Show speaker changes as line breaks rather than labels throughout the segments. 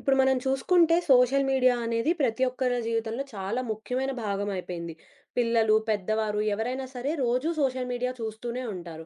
ఇప్పుడు మనం చూసుకుంటే సోషల్ మీడియా అనేది ప్రతి ఒక్కరి జీవితంలో చాలా ముఖ్యమైన భాగం అయిపోయింది. పిల్లలు, పెద్దవారు ఎవరైనా సరే రోజూ సోషల్ మీడియా చూస్తూనే ఉంటారు.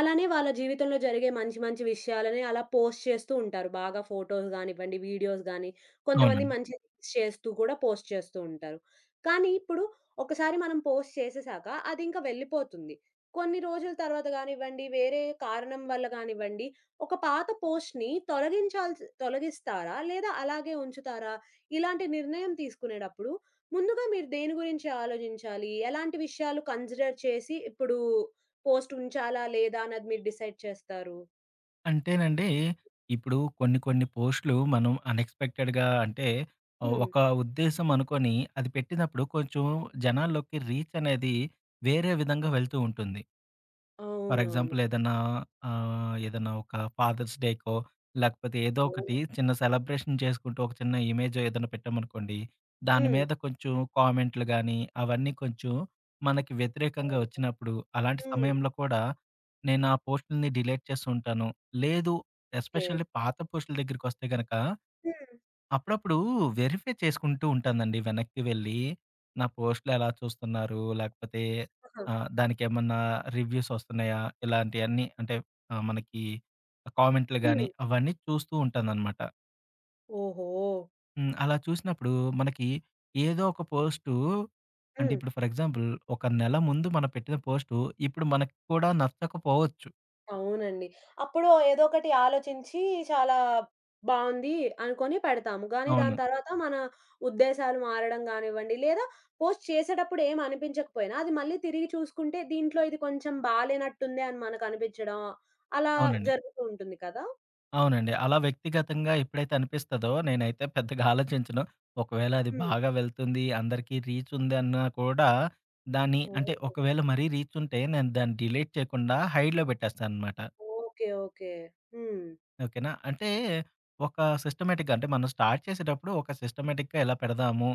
అలానే వాళ్ళ జీవితంలో జరిగే మంచి మంచి విషయాలని అలా పోస్ట్ చేస్తూ ఉంటారు. బాగా ఫోటోస్ గానివ్వండి, వీడియోస్ గానీ, కొంతమంది
అవునండి.
మంచి రీల్స్ చేస్తూ కూడా పోస్ట్ చేస్తూ ఉంటారు. కానీ ఇప్పుడు ఒకసారి మనం పోస్ట్ చేసేసాక అదింక వెళ్ళిపోతుంది. కొన్ని రోజుల తర్వాత గానివ్వండి, వేరే కారణం వల్ల గానివ్వండి ఒక పాత పోస్ట్‌ని తొలగిస్తారా? లేదా అలాగే ఉంచుతారా? ఇలాంటి నిర్ణయం తీసుకునేటప్పుడు ముందుగా మీరు దేని గురించి ఆలోచించాలి? ఎలాంటి విషయాలు కన్సిడర్ చేసి ఇప్పుడు పోస్ట్ ఉంచాలా? లేదా? అన్నది మీరు డిసైడ్ చేస్తారు?
అంటేనండి, ఇప్పుడు కొన్ని కొన్ని పోస్ట్‌లు మనం అన్‌ఎక్స్‌పెక్టెడ్‌గా అంటే
హ్మ్.
ఒక ఉద్దేశ్యం అనుకోని అది పెట్టినప్పుడు కొంచెం జనాల్లోకి రీచ్ అనేది వేరే విధంగా వెళ్తూ ఉంటుంది. ఫర్
అవునవును.
ఎగ్జాంపుల్ ఏదన్నా ఏదన్నా ఒక ఫాదర్స్ డేకో, లేకపోతే ఏదో
ఓహ్!
ఒకటి చిన్న సెలబ్రేషన్ చేసుకుంటూ ఒక చిన్న ఇమేజో ఏదైనా పెట్టామనుకోండి. దాని
హ్మ్.
మీద కొంచెం కామెంట్లు గాని, అవన్నీ కొంచెం మనకి వ్యతిరేకంగా వచ్చినప్పుడు, అలాంటి
హ్మ్.
సమయంలో కూడా నేను ఆ పోస్టుల్ని డిలీట్ చేస్తూ ఉంటాను. లేదు,
ఓకే.
ఎస్పెషల్లీ పాత పోస్టుల దగ్గరికొస్తే గనక
హ్మ్.
అప్పుడప్పుడు వెరిఫై చేసుకుంటూ ఉంటానండి వెనక్కి వెళ్ళి. నా పోస్ట్‌లు ఎలా చూస్తున్నారు? లేకపోతే
ఆహా!
దానికేమన్నా రివ్యూస్ వస్తున్నాయా? ఇలాంటియన్నీ అంటే మనకి కామెంట్‌లు గాని
హ్మ్.
అవన్నీ చూస్తూ ఉంటాననమాట.
ఓహో!
అలా చూసినప్పుడు మనకి ఏదో ఒక పోస్టు అంటే
హ్మ్.
ఇప్పుడు ఫర్ ఎగ్జాంపుల్ ఒక నెల ముందు మనం పెట్టిన పోస్టు ఇప్పుడు మనకి కూడా నచ్చకపోవచ్చు.
అవునండి. అప్పుడు ఏదో ఒకటి ఆలోచించి చాలా బావుంది అనుకోని పెడతాము. కానీ దాని
అవును.
తర్వాత మన ఉద్దేశాలు మారడం గానివ్వండి, లేదా పోస్ట్ చేసేటప్పుడు ఏం అనిపించకపోయినా అది మళ్ళీ తిరిగి చూసుకుంటే దీంట్లో ఇది కొంచెం బాలేనట్టుంది అని మనకనిపించడం అలా
అవునండి.
జరుగుతూ ఉంటుంది కదా!
అవునండి, అలా వ్యక్తిగతంగా ఎప్పుడైతే అనిపిస్తదో నేనైతే పెద్దగా ఆలోచించను. ఒకవేళ అది
హ్మ్.
బాగా వెళ్తుంది, అందరికీ రీచ్ ఉందన్నా కూడా దాన్ని
ఓహో!
అంటే ఒకవేళ మరీ రీచ్ ఉంటే నేను దాన్ని డిలీట్ చేయకుండా హైడ్‌లో పెట్టేస్తాననమాట.
ఓకే. ఓకే. హ్మ్.
ఓకేనా? అంటే ఒక సిస్టమాటిక్‌గా అంటే మనం స్టార్ట్ చేసేటప్పుడు ఒక సిస్టమాటిక్‌గా ఇలా పెడదాము.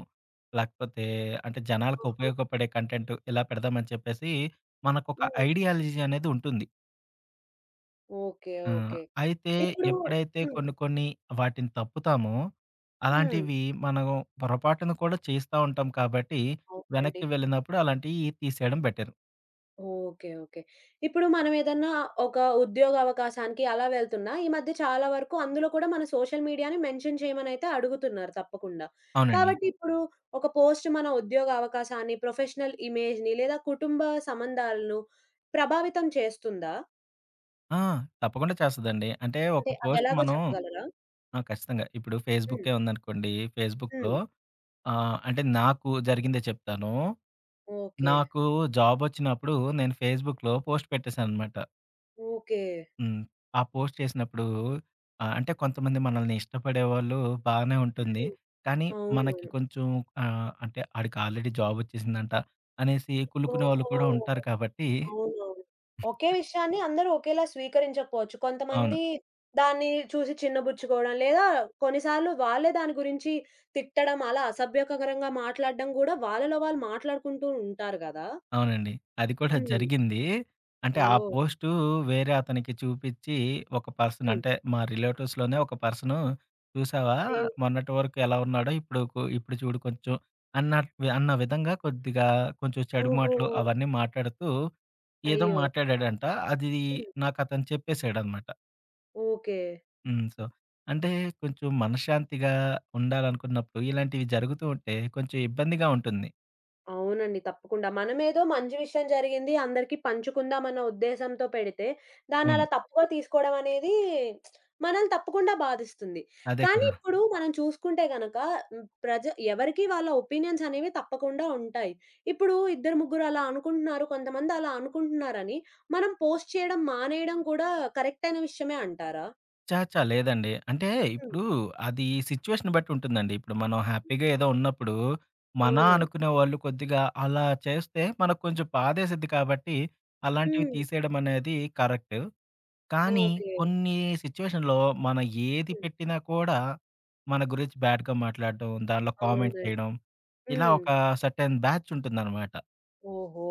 లేకపోతే అంటే జనాలకు
ఆహా!
ఉపయోగపడే కంటెంట్ ఇలా పెడదామని చెప్పేసి మనకొక
హ్మ్.
ఐడియాలజీ అనేది ఉంటుంది.
ఓకే.
ఆ!
ఓకే.
అయితే
ఇప్పుడు
ఎప్పుడైతే
హ్మ్.
కొన్ని కొన్ని వాటిని తప్పుతామో,
హ్మ్.
అలాంటివి మనం పొరపాటున కూడా చేస్తా ఉంటాం కాబట్టి,
అవునండి.
వెనక్కి వెళ్ళినప్పుడు అలాంటివి తీసేయడం బెటర్.
ఓకే. ఓకే. ఇప్పుడు మనమేదన్నా ఒక ఉద్యోగ అవకాశానికి అలా వెళ్తున్నా, ఈ మధ్య చాలా వరకు అందులో కూడా మన సోషల్ మీడియాని మెన్షన్ చేయమనైతే అడుగుతున్నారు తప్పకుండా.
అవునండి.
కాబట్టి ఇప్పుడు ఒక పోస్ట్ మన ఉద్యోగ అవకాశాన్ని, ప్రొఫెషనల్ ఇమేజ్‌ని లేదా కుటుంబ సంబంధాలను ప్రభావితం చేస్తుందా?
ఆ! తప్పకుండా చేస్తదండి. అంటే
అంటే
ఒక పోస్ట్
అదెలాగో
మనం
చెప్పగలరా?
ఆ! ఖచ్చితంగా. ఇప్పుడు
హ్మ్.
ఫేస్‌బుక్కే ఉందనుకోండి, ఫేస్‌బుక్‌లో
హ్మ్.
అంటే నాకు జరిగిందే చెప్తాను.
ఓకే.
నాకు జాబొచ్చినప్పుడు నేను ఫేస్‌బుక్‌లో పోస్ట్ పెట్టేశాననమాట.
ఓకే.
హ్మ్. ఆ పోస్ట్ చేసినప్పుడు అంటే కొంతమంది మనల్ని ఇష్టపడేవాళ్ళు బాగానే ఉంటుంది.
హ్మ్.
కానీ మనకి
అవునవును.
కొంచెం అంటే ఆడికి ఆల్రెడీ జాబొచ్చేసిందంట అనేసి కులుకునే వాళ్ళు
ఓహో!
కూడా ఉంటారు కాబట్టి
అవునవును. ఒకే విషయాన్ని అందరూ ఒకేలా స్వీకరించకపోవచ్చు.
అవును.
కొంతమంది దాన్ని చూసి చిన్నబుచ్చుకోవడం, లేదా కొన్నిసార్లు వాళ్ళే దాని గురించి తిట్టడం, అలా అసభ్యకరంగా మాట్లాడడం గూడా వాళ్ళలో వాళ్ళు మాట్లాడుకుంటూ ఉంటారు గదా!
అవునండి, అది కూడా
హ్మ్.
జరిగింది. అంటే ఆ
ఓహ్!
పోస్టు వేరే అతనికి చూపిచ్చి ఒక పర్సన్
హ్మ్. హ్మ్.
అంటే మా రిలేటివ్స్‌లోనే ఒక పర్సను చూసావా?
అయ్యో!
మొన్నటి వరకు ఎలా ఉన్నాడో ఇప్పుడు ఇప్పుడు చూడు కొంచెం అన్నట్టు అన్న విధంగా కొద్దిగా కొంచెం చెడు
ఓహో!
మాటలు అవన్నీ మాట్లాడుతూ ఏదో
అయ్యో!
మాట్లాడాడంట. అది
హ్మ్.
నాకు అతను చెప్పేసాడనమాట.
ఓకే.
హ్మ్. సో, అంటే కొంచెం మనశ్శాంతిగా ఉండాలనుకున్నప్పుడు ఇలాంటివి జరుగుతూ ఉంటే కొంచెం ఇబ్బందిగా ఉంటుంది.
అవునండి. తప్పకుండా. మనమేదో మంచి విషయం జరిగింది అందరికీ పంచుకుందామన్న ఉద్దేశంతో పెడితే, దాన్నలా
అవును.
తప్పుగా తీసుకోవడం అనేది మనల్ని తప్పకుండా బాధిస్తుంది.
అదే
కానీ
కదా!
ఇప్పుడు మనం చూసుకుంటే గనక హ్మ్, ఎవరికీ వాళ్ళ ఒపీనియన్స్ అనేవి తప్పకుండా ఉంటాయి. ఇప్పుడు ఇద్దరు, ముగ్గురు అలా అనుకుంటున్నారు. కొంతమంది అలా అనుకుంటున్నారని మనం పోస్ట్ చేయడం మానేయడం కూడా కరెక్ట్ అయిన విషయమే అంటారా?
ఛా! ఛా! లేదండి. అంటే
హ్మ్.
ఇప్పుడు అది సిట్యుయేషన్ బట్టి ఉంటుందండి. ఇప్పుడు మనం హ్యాపీగా ఏదో ఉన్నప్పుడు, మనా
అవునా?
అనుకునే వాళ్ళు కొద్దిగా అలా చేస్తే మనకు కొంచెం బాధేసిద్ది కాబట్టి, అలాంటివి
హ్మ్.
తీసేయడం అనేది కరెక్ట్. కానీ
ఓకే.
కొన్ని సిట్యుయేషన్‌లో మనం ఏది
హ్మ్.
పెట్టినా కూడా మన గురించి బ్యాడ్‌గా మాట్లాడడం, దానిలో కామెంట్
అవునండి.
చేయడం, ఇలా
హ్మ్.
ఒక సర్టెన్ బ్యాచ్ ఉంటుందనమాట.
ఓహో!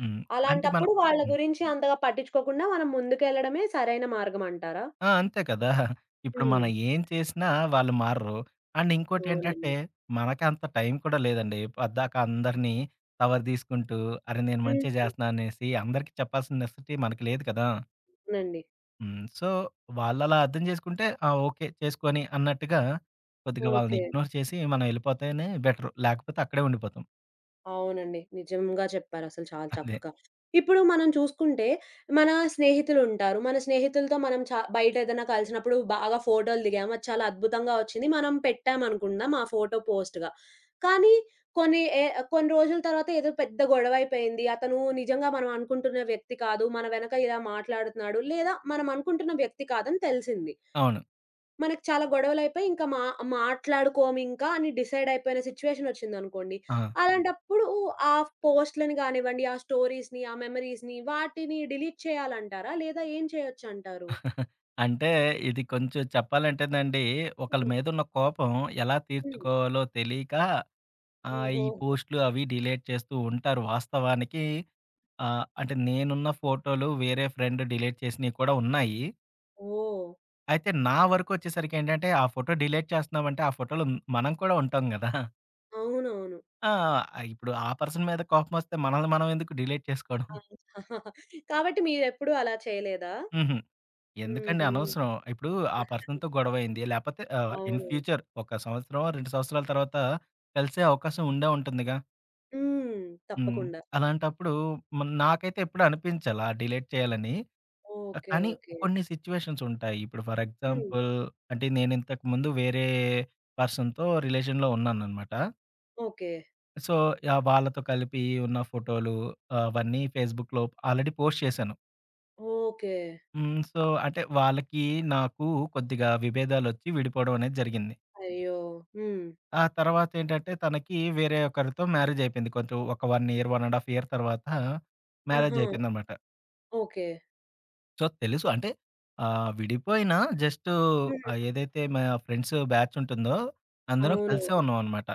హ్మ్. అంటే మనం
అలాంటప్పుడు వాళ్ళ
హ్మ్.
గురించి అంతగా పట్టించుకోకుండా మనం ముందుకెళ్ళడమే సరైన మార్గం అంటారా?
ఆ! అంతే కదా! ఇప్పుడు
హ్మ్.
మనం ఏం చేసినా వాళ్ళు మారరు. అండ్
అవునండి.
ఇంకోటేంటంటే, మనకి అంత టైం కూడా లేదండి. పద్దాక అందరిని కవర్ తీసుకుంటూ, అరే! నేను
హ్మ్.
మంచే జేస్తున్నా అనేసి అందరికీ చెప్పాల్సిన నెసెసిటీ మనకి లేదు కదా!
అవునండి.
హ్మ్. సో, వాళ్ళలా అర్థం జేసుకుంటే, ఆ! ఓకే. చేసుకొని అన్నట్టుగా కొద్దిగా వాళ్ళని
ఓకే.
ఇగ్నోర్ చేసి మనం ఎళ్ళిపోతేనే బెటరు. లేకపోతే అక్కడే ఉండిపోతాం.
అవునండి. నిజంగా చెప్పారసలు చాలా
అదే.
చక్కగా. ఇప్పుడు మనం చూసుకుంటే, మన స్నేహితులుంటారు. మన స్నేహితులతో మనం బయటేదైనా కలిసినప్పుడు బాగా ఫోటోలు దిగాము. అది చాలా అద్భుతంగా వచ్చింది. మనం పెట్టామనుకుందాం ఆ ఫోటో పోస్ట్‌గా. కానీ కొన్ని ఏ కొన్ని రోజుల తర్వాత ఏదో పెద్ద గొడవైపోయింది. అతను నిజంగా మనం అనుకుంటున్న వ్యక్తి కాదు. మన వెనక ఇలా మాట్లాడుతున్నాడు. లేదా మనం అనుకుంటున్న వ్యక్తి కాదని తెలిసింది.
అవును.
మనకు చాలా గొడవలయిపోయి ఇంకా మా మాట్లాడుకోమింకా అని డిసైడ్ అయిపోయిన సిచ్యువేషనొచ్చిందనుకోండి.
ఆ!
అవును. అలాంటప్పుడు ఆ పోస్ట్‌లని గానివ్వండి, ఆ స్టోరీస్‌ని, ఆ మెమరీస్‌ని వాటిని డిలీట్ చేయాలంటారా? లేదా ఏం చేయొచ్చంటారు?
అంటే ఇది కొంచెం చెప్పాలంటేనండి, ఒకళ్ళ
హ్మ్.
మీదున్న కోపం ఎలా
హ్మ్.
తీర్చుకోవాలో తెలియక ఆ!
ఓహో!
ఈ పోస్ట్‌లు అవి డిలీట్ చేస్తూ ఉంటారు. వాస్తవానికి అంటే నేనున్న ఫోటోలు వేరే ఫ్రెండ్ డిలీట్ చేసినయి కూడా ఉన్నాయి.
ఓహ్!
అయితే నా వరకొచ్చేసరికేంటంటే, ఆ ఫోటో డిలీట్ చేస్తున్నామంటే, ఆ ఫోటోలో మనం కూడా ఉంటాం గదా!
అవునవును.
ఆ! ఇప్పుడు ఆ పర్సన్ మీద కోపమొస్తే మనల్ని మనం ఎందుకు డిలీట్ చేసుకోవడం?
ఆ! కాబట్టి మీరెప్పుడూ అలా చేయలేదా?
హుహు. ఎందుకండి,
హుహు.
అనవసరం. ఇప్పుడు ఆ
ఆహ్,
పర్సన్‌తో గొడవయింది. లేపోతే ఇన్
అవును.
ఫ్యూచర్ ఒక సంవత్సరం, 2 సంవత్సరాల తర్వాత కలిసే అవకాశం ఉండే ఉంటుందిగా!
హ్మ్.
హ్మ్.
తప్పకుండా.
అలాంటప్పుడు నాకైతే ఎప్పుడు అనిపించలా డిలీట్ చేయాలని.
ఓకే.
కానీ
ఓకే.
కొన్ని సిట్యుయేషన్స్ ఉంటాయి. ఇప్పుడు ఫర్
హ్మ్.
ఎగ్జాంపుల్ అంటే నేను ఇంతకుముందు వేరే పర్సన్‌తో రిలేషన్‌లో ఉన్నాననమాట.
ఓకే.
సో, వాళ్ళతో కలిపి ఉన్న ఫోటోలు ఆ, అవన్నీ ఫేస్‌బుక్‌లో ఆల్రెడీ పోస్ట్ చేశాను.
ఓకే.
హ్మ్. సో, అంటే వాళ్ళకి నాకు కొద్దిగా విభేదాలొచ్చి విడిపోవడం అనేది జరిగింది.
అయ్యో! హ్మ్.
ఆ తర్వాత ఏంటంటే తనకి వేరే ఒకరితో మ్యారేజ్ అయిపోయింది. కొంచెం ఒక 1 ఇయర్, 1 ½ ఇయర్ తర్వాత మ్యారేజ్
ఆహా!
అయిపోయిందనమాట.
ఓకే.
సో, తెలుసు. అంటే విడిపోయినా జస్టు ఏదైతే మా ఫ్రెండ్స్ బ్యాచ్ ఉంటుందో, అందరం కలిసే
అవునవును.
ఉన్నామనమాట.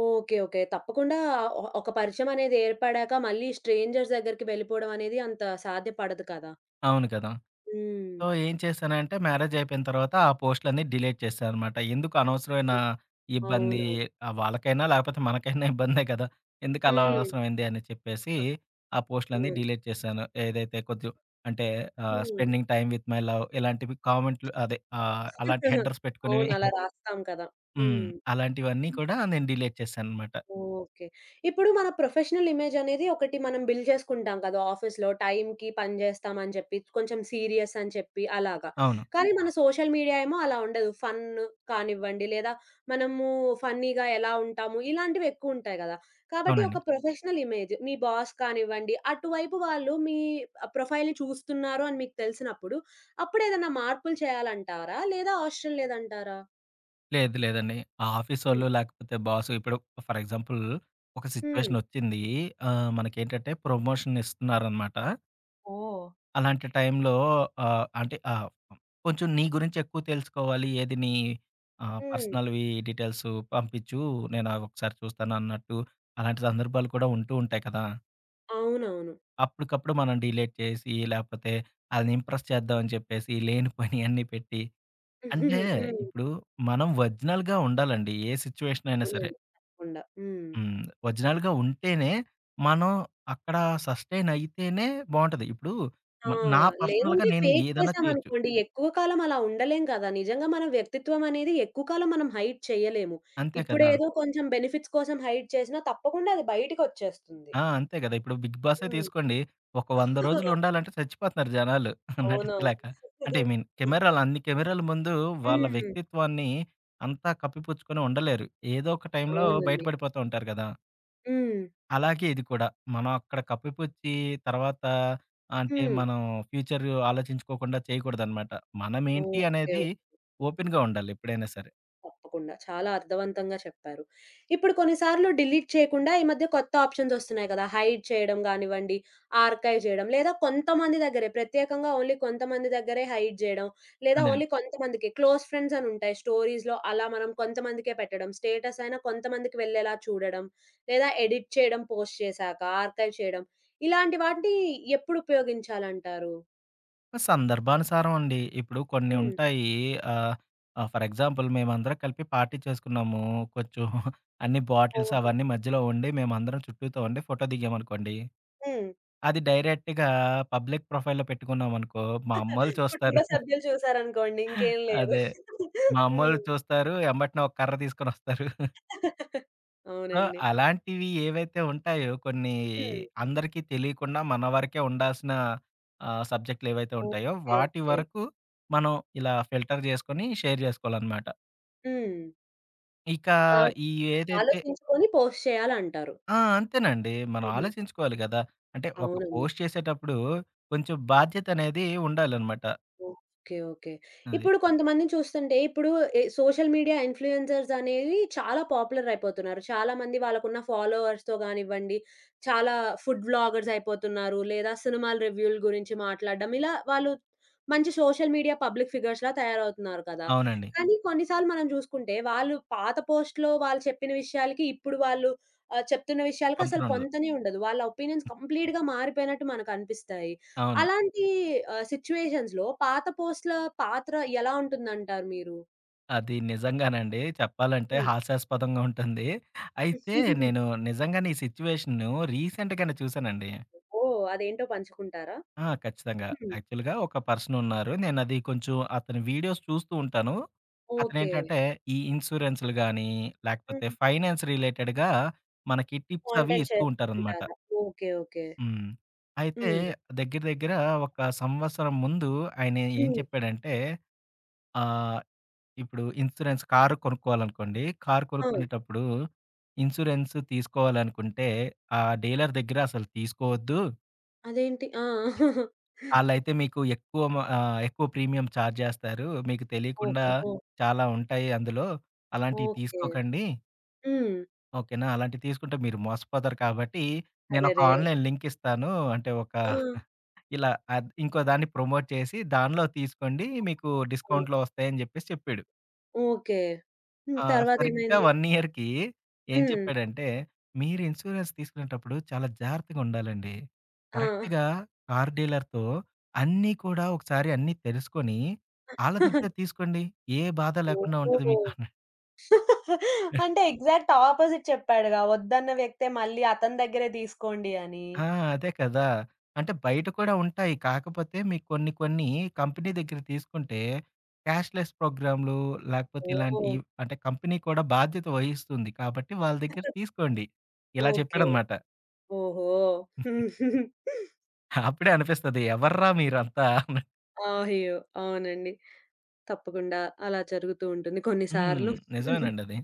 ఓకే. ఓకే. తప్పకుండా ఒక పరిచయం అనేది ఏర్పడాక మళ్ళీ స్ట్రేంజర్స్ దగ్గరికి వెళ్ళిపోవడం అనేది అంత సాధ్యపడదు కదా!
అవును కదా!
హ్మ్.
సో, ఏం చేశానంటే మ్యారేజ్ అయిపోయిన తర్వాత ఆ పోస్టులన్నీ డిలీట్ చేశాననమాట. ఎందుకు అనవసరమైన ఇబ్బంది
అవునవును.
వాళ్ళకైనా లేకపోతే మనకైనా ఇబ్బందే కదా! ఎందుకు
హ్మ్.
అనవసరమైంది అని చెప్పేసి ఆ పోస్టులన్నీ
హ్మ్.
డిలీట్ చేశాను. ఏదైతే కొద్దిగా అంటే
హ్మ్.
Spending time with my love ఇలాంటివి కామెంట్లు అదే అలాంటి హెడర్స్ పెట్టుకునేవి
అవును. అలా రాస్తాం కదా!
హ్మ్.
హ్మ్.
అలాంటివన్నీ కూడా నేను డిలీట్ చేశాననమాట.
ఓకే. ఇప్పుడు మన ప్రొఫెషనల్ ఇమేజ్ అనేది ఒకటి మనం బిల్డ్ చేసుకుంటాం కదా! ఆఫీస్‌లో టైంకి పని చేస్తాం అని చెప్పి, కొంచెం సీరియస్ అని చెప్పి అలాగా.
అవును.
కానీ మన సోషల్ మీడియా ఏమో అలా ఉండదు. ఫన్ కానివ్వండి, లేదా మనము ఫన్నీగా ఎలా ఉంటాము ఇలాంటివి ఎక్కువ ఉంటాయి కదా! కాబట్టి ఒక
అవునండి.
ప్రొఫెషనల్ ఇమేజ్ మీ బాస్ కానివ్వండి, అటువైపు వాళ్ళు మీ ప్రొఫైల్‌ని చూస్తున్నారు అని మీకు తెలిసినప్పుడు, అప్పుడు ఏదైనా మార్పులు చేయాలంటారా? లేదా అవసరం లేదంటారా?
లేదు లేదండి. ఆ
హ్మ్.
ఆఫీసోళ్ళు లేకపోతే బాసు ఇప్పుడు ఫర్ ఎగ్జాంపుల్ ఒక
హ్మ్.
సిట్యుయేషనొచ్చింది. మనకేంటంటే ప్రమోషన్ ఇస్తున్నారనమాట.
ఓహ్!
అలాంటి టైంలో ఆహ్, అంటే ఆహ్, కొంచెం నీ గురించి ఎక్కువ తెలుసుకోవాలి. ఏది నీ
హ్మ్.
పర్సనల్‌వి డీటెయిల్స్ పంపించు. నేను అవొకసారి చూస్తాను అన్నట్టు అలాంటి సందర్భాలు కూడా ఉంటూ ఉంటాయి కదా!
అవునవును.
అప్పటికప్పుడు మనం డిలేట్ చేసి లేకపోతే ఆళ్ళని ఇంప్రెస్ చేద్దామని చెప్పేసి లేని పని అన్నీ పెట్టి అంటే
హ్మ్.
ఇప్పుడు మనం ఒరిజినల్‌గా ఉండాలండి. ఏ సిట్యుయేషన్ అయినా సరే.
అవునండి. తప్పకుండా. హ్మ్.
హ్మ్. ఒరిజినల్‌గా ఉంటేనే మనం అక్కడ సస్టైన్ అయితేనే బావుంటది. ఇప్పుడు
ఆ!
నా పర్సనల్‌గా
లేదంటే
నేను
ఫేక్
ఏదైనా చేయొచ్చు.
చేశామనుకోండి, ఎక్కువ కాలం అలా ఉండలేం కదా! నిజంగా మన వ్యక్తిత్వం అనేది ఎక్కువ కాలం మనం హైడ్ చేయలేము.
అంతే కదా!
ఇప్పుడేదో కొంచెం బెనిఫిట్స్ కోసం హైడ్ చేసినా తప్పకుండా అది బయటికొచ్చేస్తుంది.
ఆ! అంతే కదా! ఇప్పుడు 'బిగ్ బాసే'
హ్మ్.
తీసుకోండి. ఒక 100 రోజులు ఉండాలంటే చచ్చిపోతున్నారు జనాలు
అవునవును.
నటించలేక. అంటే ఐ మీన్ కెమెరాల ముందు వాళ్ళ
హ్మ్.
వ్యక్తిత్వాన్ని అంతా కప్పిపుచ్చుకొని ఉండలేరు. ఏదో ఒక టైంలో బయట
అవునండి.
పడిపోతూ ఉంటారు కదా!
హ్మ్.
అలాగే ఇది కూడా. మనం అక్కడ కప్పిపుచ్చి తర్వాత అంటే
హ్మ్.
మనం ఫ్యూచర్ ఆలోచించుకోకుండా చేయకూడదనమాట. మనమేంటి
ఓకే.
అనేది ఓపెన్‌గా ఉండాలి ఎప్పుడైనా సరే.
తప్పకుండా. చాలా అర్థవంతంగా చెప్పారు. ఇప్పుడు కొన్నిసార్లు డిలీట్ చేయకుండా ఈ మధ్య కొత్త ఆప్షన్స్ ఒస్తున్నాయి కదా! హైడ్ చేయడం గానివ్వండి, ఆర్కైవ్ చేయడం లేదా కొంతమంది దగ్గరే ప్రత్యేకంగా ఓన్లీ కొంతమంది దగ్గరే హైడ్ చేయడం. లేదా ఓన్లీ
అదేనండి.
కొంతమందికి క్లోజ్ ఫ్రెండ్స్ అని ఉంటాయి. స్టోరీస్‌లో అలా మనం కొంతమందికే పెట్టడం. స్టేటస్ అయినా కొంతమందికి వెళ్ళేలా చూడడం. లేదా ఎడిట్ చేయడం పోస్ట్ చేశాక, ఆర్కైవ్ చేయడం. ఇలాంటి వాటిని ఎప్పుడు ఉపయోగించాలంటారు?
సందర్భానుసారం అండి. ఇప్పుడు కొన్ని
హ్మ్.
ఉంటాయి ఆహ్, ఆహ్, ఫర్ ఎగ్జాంపుల్ మేమందరం కలిపి పార్టీ చేసుకున్నాము. కొంచెం అన్ని బాటిల్స్
ఓహో!
అవన్నీ మధ్యలో ఉండి మేమందరం చుట్టూతో ఉండి ఫోటో దిగామనుకోండి.
హ్మ్.
అది డైరెక్ట్‌గా పబ్లిక్ ప్రొఫైల్‌లో పెట్టుకున్నామనుకో మా అమ్మోళ్ళు
కుటుంబ
చూస్తారు.
సభ్యులు చూసారనుకోండి ఇంకేం లేదు.
అదే. మా
హ్మ్.
అమ్మోళ్ళు చూస్తారు. ఎంబటనే ఒక కర్ర తీసుకొనొస్తారు. సో,
అవునండి.
అలాంటివి ఏవైతే ఉంటాయో కొన్ని
హ్మ్.
అందరికీ తెలియకుండా మన వరకే ఉండాల్సిన సబ్జెక్ట్‌లేవైతే ఉంటాయో
ఓకే.
వాటి
ఓకే.
వరకు మనం ఇలా ఫిల్టర్ చేసుకొని షేర్ చేసుకోవాలనమాట.
హ్మ్.
ఇక
కాబట్టి
ఈ ఏదైతే
ఆలోచించుకొని పోస్ట్ చేయాలంటారు.
ఆ! అంతేనండి. మనం
హ్మ్.
ఆలోచించుకోవాలి గదా! అంటే ఒక
అవునండి.
పోస్ట్ చేసేటప్పుడు కొంచెం బాధ్యతనేది ఉండాలనమాట.
ఓకే. ఓకే.
అది.
ఇప్పుడు కొంతమందిని చూస్తుంటే ఇప్పుడు సోషల్ మీడియా ఇన్‌ఫ్లుయెన్సర్స్ అనేవి చాలా పాపులర్ అయిపోతున్నారు. చాలామంది వాళ్ళకున్న ఫాలోవర్స్‌తో గానివ్వండి, చాలా ఫుడ్ వ్లాగర్స్ అయిపోతున్నారు. లేదా సినిమాల రివ్యూల గురించి మాట్లాడడం. ఇలా వాళ్ళు మంచి సోషల్ మీడియా పబ్లిక్ ఫిగర్స్‌లా తయారవుతున్నారు కదా!
అవునండి.
కానీ కొన్నిసార్లు మనం చూసుకుంటే వాళ్ళు పాత పోస్ట్‌లో వాళ్ళు చెప్పిన విషయాలకి, ఇప్పుడు వాళ్ళు చెప్తున్న విషయాలకి అసలు
పంతనుండదు.
పొంతనే ఉండదు. వాళ్ళ ఒపీనియన్స్ కంప్లీట్‌గా మారిపోయినట్టు మనకనిపిస్తాయి.
అవును.
అలాంటి సిట్యుయేషన్స్‌లో పాత పోస్ట్‌ల పాత్ర ఎలా ఉంటుందంటారు మీరు?
అది నిజంగానండి. చెప్పాలంటే
హ్మ్.
హాస్యాస్పదంగా ఉంటుంది. అయితే నేను నిజంగానే ఈ సిట్యుయేషన్‌ను రీసెంట్‌గానే చూసానండి.
ఓహ్! అదేంటో పంచుకుంటారా?
ఆ! ఖచ్చితంగా.
హ్మ్.
యాక్చువల్‌గా ఒక పర్సన్ ఉన్నారు. నేనది కొంచెం అతని వీడియోస్ చూస్తూ ఉంటాను.
ఓకే.
అతనేంటంటే ఈ ఇన్స్యూరెన్స్‌లు గాని, లేకపోతే
హ్మ్.
ఫైనాన్స్ రిలేటెడ్‌గా మనకి టిప్స్ అవి
కాంటెంట్
ఇస్తూ ఉంటారనమాట.
చేస్తుంటారా? ఓకే. ఓకే.
హ్మ్. అయితే
హ్మ్.
దగ్గర దగ్గర ఒక సంవత్సరం ముందు ఆయన ఏం
హ్మ్.
చెప్పాడంటే ఆహ్ ఇప్పుడు ఇన్సూరెన్స్ కారు కొనుక్కోవాలనుకోండి. కారు
ఆ!
కొనుక్కునేటప్పుడు ఇన్సూరెన్స్ తీసుకోవాలనుకుంటే, ఆ డీలర్ దగ్గర అసలు తీసుకోవద్దు.
అదేంటి? ఆ!
ఆళ్ళైతే మీకు ఎక్కువ ఎక్కువ ప్రీమియం చార్జ్ చేస్తారు. మీకు తెలియకుండా
ఓహోహో!
చాలా ఉంటాయి అందులో. అలాంటివి
ఓకే.
తీసుకోకండి.
హ్మ్.
ఓకేనా? అలాంటివి తీసుకుంటే మీరు మోసపోతారు కాబట్టి, నేనొక
అరెరే!
ఆన్‌లైన్ లింక్ ఇస్తాను. అంటే ఒక
ఆ!
ఇలా ఇంకో దాన్ని ప్రమోట్ చేసి, దానిలో తీసుకోండి మీకు డిస్కౌంట్‌లో వస్తాయని చెప్పేసి చెప్పాడు.
ఓకే. హ్మ్.
ఆ! సరిగ్గా
తర్వాతేమైంది?
1 ఇయర్‌కి ఏం
హ్మ్.
చెప్పాడంటే, "మీరు ఇన్స్యూరెన్స్ తీసుకునేటప్పుడు చాలా జాగ్రత్తగా ఉండాలండి.
ఆ!
కరెక్ట్‌గా కార్ డీలర్‌తో అన్నీ కూడా ఒకసారి తెలుసుకొని, ఆళ్ళ దగ్గర తీసుకోండి. ఏ బాధ లేకుండా ఉంటది
ఓహ్!
మీకు" అన్నాడు.
అంటే ఎగ్జాక్ట్ ఆపోజిట్ చెప్పాడుగా. వద్దన్న వ్యక్తే మళ్ళీ అతని దగ్గరే తీసుకోండి అని.
ఆ! అదే కదా! అంటే బయట కూడా ఉంటాయి. కాకపోతే మీకు కొన్ని కొన్ని కంపెనీ దగ్గర తీసుకుంటే క్యాష్‌లెస్ ప్రోగ్రామ్‌లు లేకపోతే
ఓహ్!
ఇలాంటియి అంటే కంపెనీ కూడా బాధ్యత వహిస్తుంది. కాబట్టి వాళ్ళ దగ్గర తీసుకోండి. ఇలా
ఓకే.
చెప్పాడనమాట.
ఓహో!
అప్పుడే అనిపిస్తది. ఎవర్రా మీరంతా అన్నట్టు.
అయ్యో! అవునండి. తప్పకుండా అలా జరుగుతూ ఉంటుంది
హ్మ్.
కొన్నిసార్లు.
నిజమేనండది.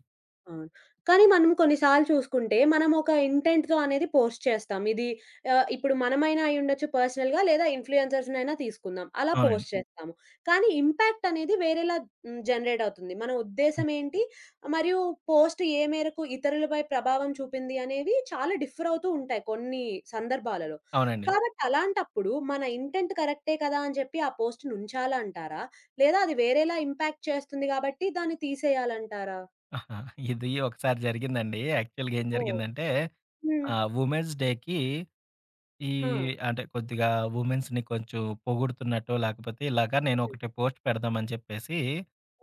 అవును. కానీ మనం కొన్నిసార్లు చూసుకుంటే, మనం ఒక ఇంటెంట్‌తో అనేది పోస్ట్ చేస్తాం. ఇది ఇప్పుడు మనమైనా అయ్యుండొచ్చు పర్సనల్‌గా లేదా ఇన్‌ఫ్లుయెన్సర్స్‌నైనా తీసుకుందాం. అలా
అవునండి.
పోస్ట్ హ్మ్. చేస్తాము. కానీ ఇంపాక్ట్ అనేది వేరేలా హ్మ్, జనరేట్ అవుతుంది. మన
హ్మ్.
ఉద్దేశ్యం ఏంటి? మరియు పోస్ట్ ఏ మేరకు ఇతరులపై ప్రభావం చూపింది అనేవి చాలా డిఫర్ అవుతూ ఉంటాయి కొన్ని సందర్భాలలో.
అవునండి.
కాబట్టి అలాంటప్పుడు మన ఇంటెంట్ కరెక్టే కదా! అని చెప్పి ఆ పోస్ట్‌ని ఉంచాలంటారా? లేదా అది వేరేలా ఇంపాక్ట్ చేస్తుంది కాబట్టి దాన్ని తీసేయాలంటారా?
ఆహా! ఇది ఒకసారి జరిగిందండి. యాక్చువల్‌గా ఏం
ఓహ్!
జరిగిందంటే
హ్మ్.
వుమెన్స్ డేకి ఈ
ఆ!
అంటే కొద్దిగా వుమెన్స్‌ని కొంచెం పొగుడుతున్నట్టో, లేకపోతే ఇలాగా నేను
హ్మ్.
ఒకటి పోస్ట్ పెడదామని చెప్పేసి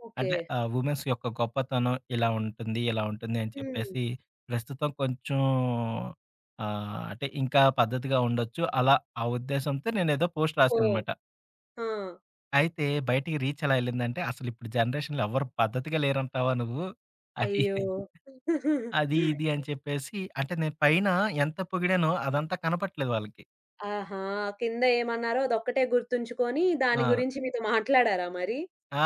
ఓకే.
అంటే వుమెన్స్ యొక్క గొప్పతనం ఇలా ఉంటుంది, ఇలా ఉంటుంది అని
హ్మ్.
చెప్పేసి ప్రస్తుతం కొంచెం అంటే ఇంకా పద్ధతిగా ఉండొచ్చు. అలా ఆ ఉద్దేశంతో నేనేదో పోస్ట్
ఓహ్!
రాశాననమాట.
ఆ!
అయితే బయటికి రీచ్ ఎలా ఎళ్ళిందంటే, అసలిప్పుడు జనరేషన్‌లో ఎవ్వరు పద్ధతిగా లేరంటావా నువ్వు? అది,
అయ్యో!
అది, ఇది అని చెప్పేసి అంటే నేను పైన ఎంత పొగిడానో అదంతా కనపట్లేదు వాళ్ళకి.
ఆహా! కింద ఏమన్నారో అదొక్కటే గుర్తుంచుకొని దాని
ఆ!
గురించి హ్మ్. మీతో మాట్లాడారా మరి?
ఆ!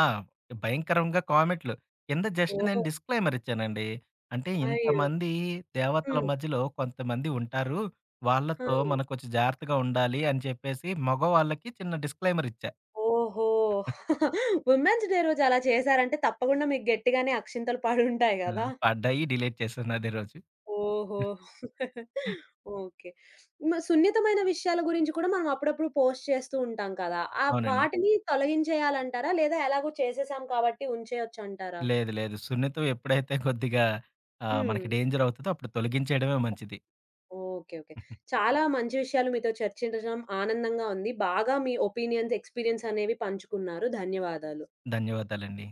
భయంకరంగా కామెంట్‌లు. కింద జస్ట్ నేను
ఓహ్!
డిస్క్లైమర్ ఇచ్చానండి. అంటే
అయ్యో!
ఇంతమంది దేవతల
హ్మ్.
మధ్యలో కొంతమంది ఉంటారు.
ఆ!
వాళ్ళతో మనం కొంచెం జాగ్రత్తగా ఉండాలి అని చెప్పేసి మగవాళ్ళకి చిన్న డిస్క్లైమర్ ఇచ్చా.
ఓహో! వుమెన్స్ డే రోజు అలా చేసారంటే తప్పకుండా మీకు గట్టిగానే అక్షింతలు పడుంటాయి
ఆ!
గదా!
పడ్డాయి. డిలీట్ చేశాను అదే రోజు.
ఓహో! ఓకే. సున్నితమైన విషయాల గురించి కూడా మనం అప్పుడప్పుడు పోస్ట్ చేస్తూ ఉంటాం కదా!
అవునండి.
వాటిని తొలగించేయాలంటారా? లేదా ఎలాగో చేసేసాం కాబట్టి ఉంచేయొచ్చంటారా?
లేదు. లేదు. సున్నితం ఎప్పుడైతే కొద్దిగా
హ్మ్.
మనకి డేంజర్ అవుతదో అప్పుడు తొలగించేయడమే మంచిది.
ఓకే. ఓకే. చాలా మంచి విషయాలు మీతో చర్చించడం ఆనందంగా ఉంది. బాగా మీ ఒపీనియన్స్, ఎక్స్‌పీరియన్స్ అనేవి పంచుకున్నారు. ధన్యవాదాలు.
ధన్యవాదాలండి.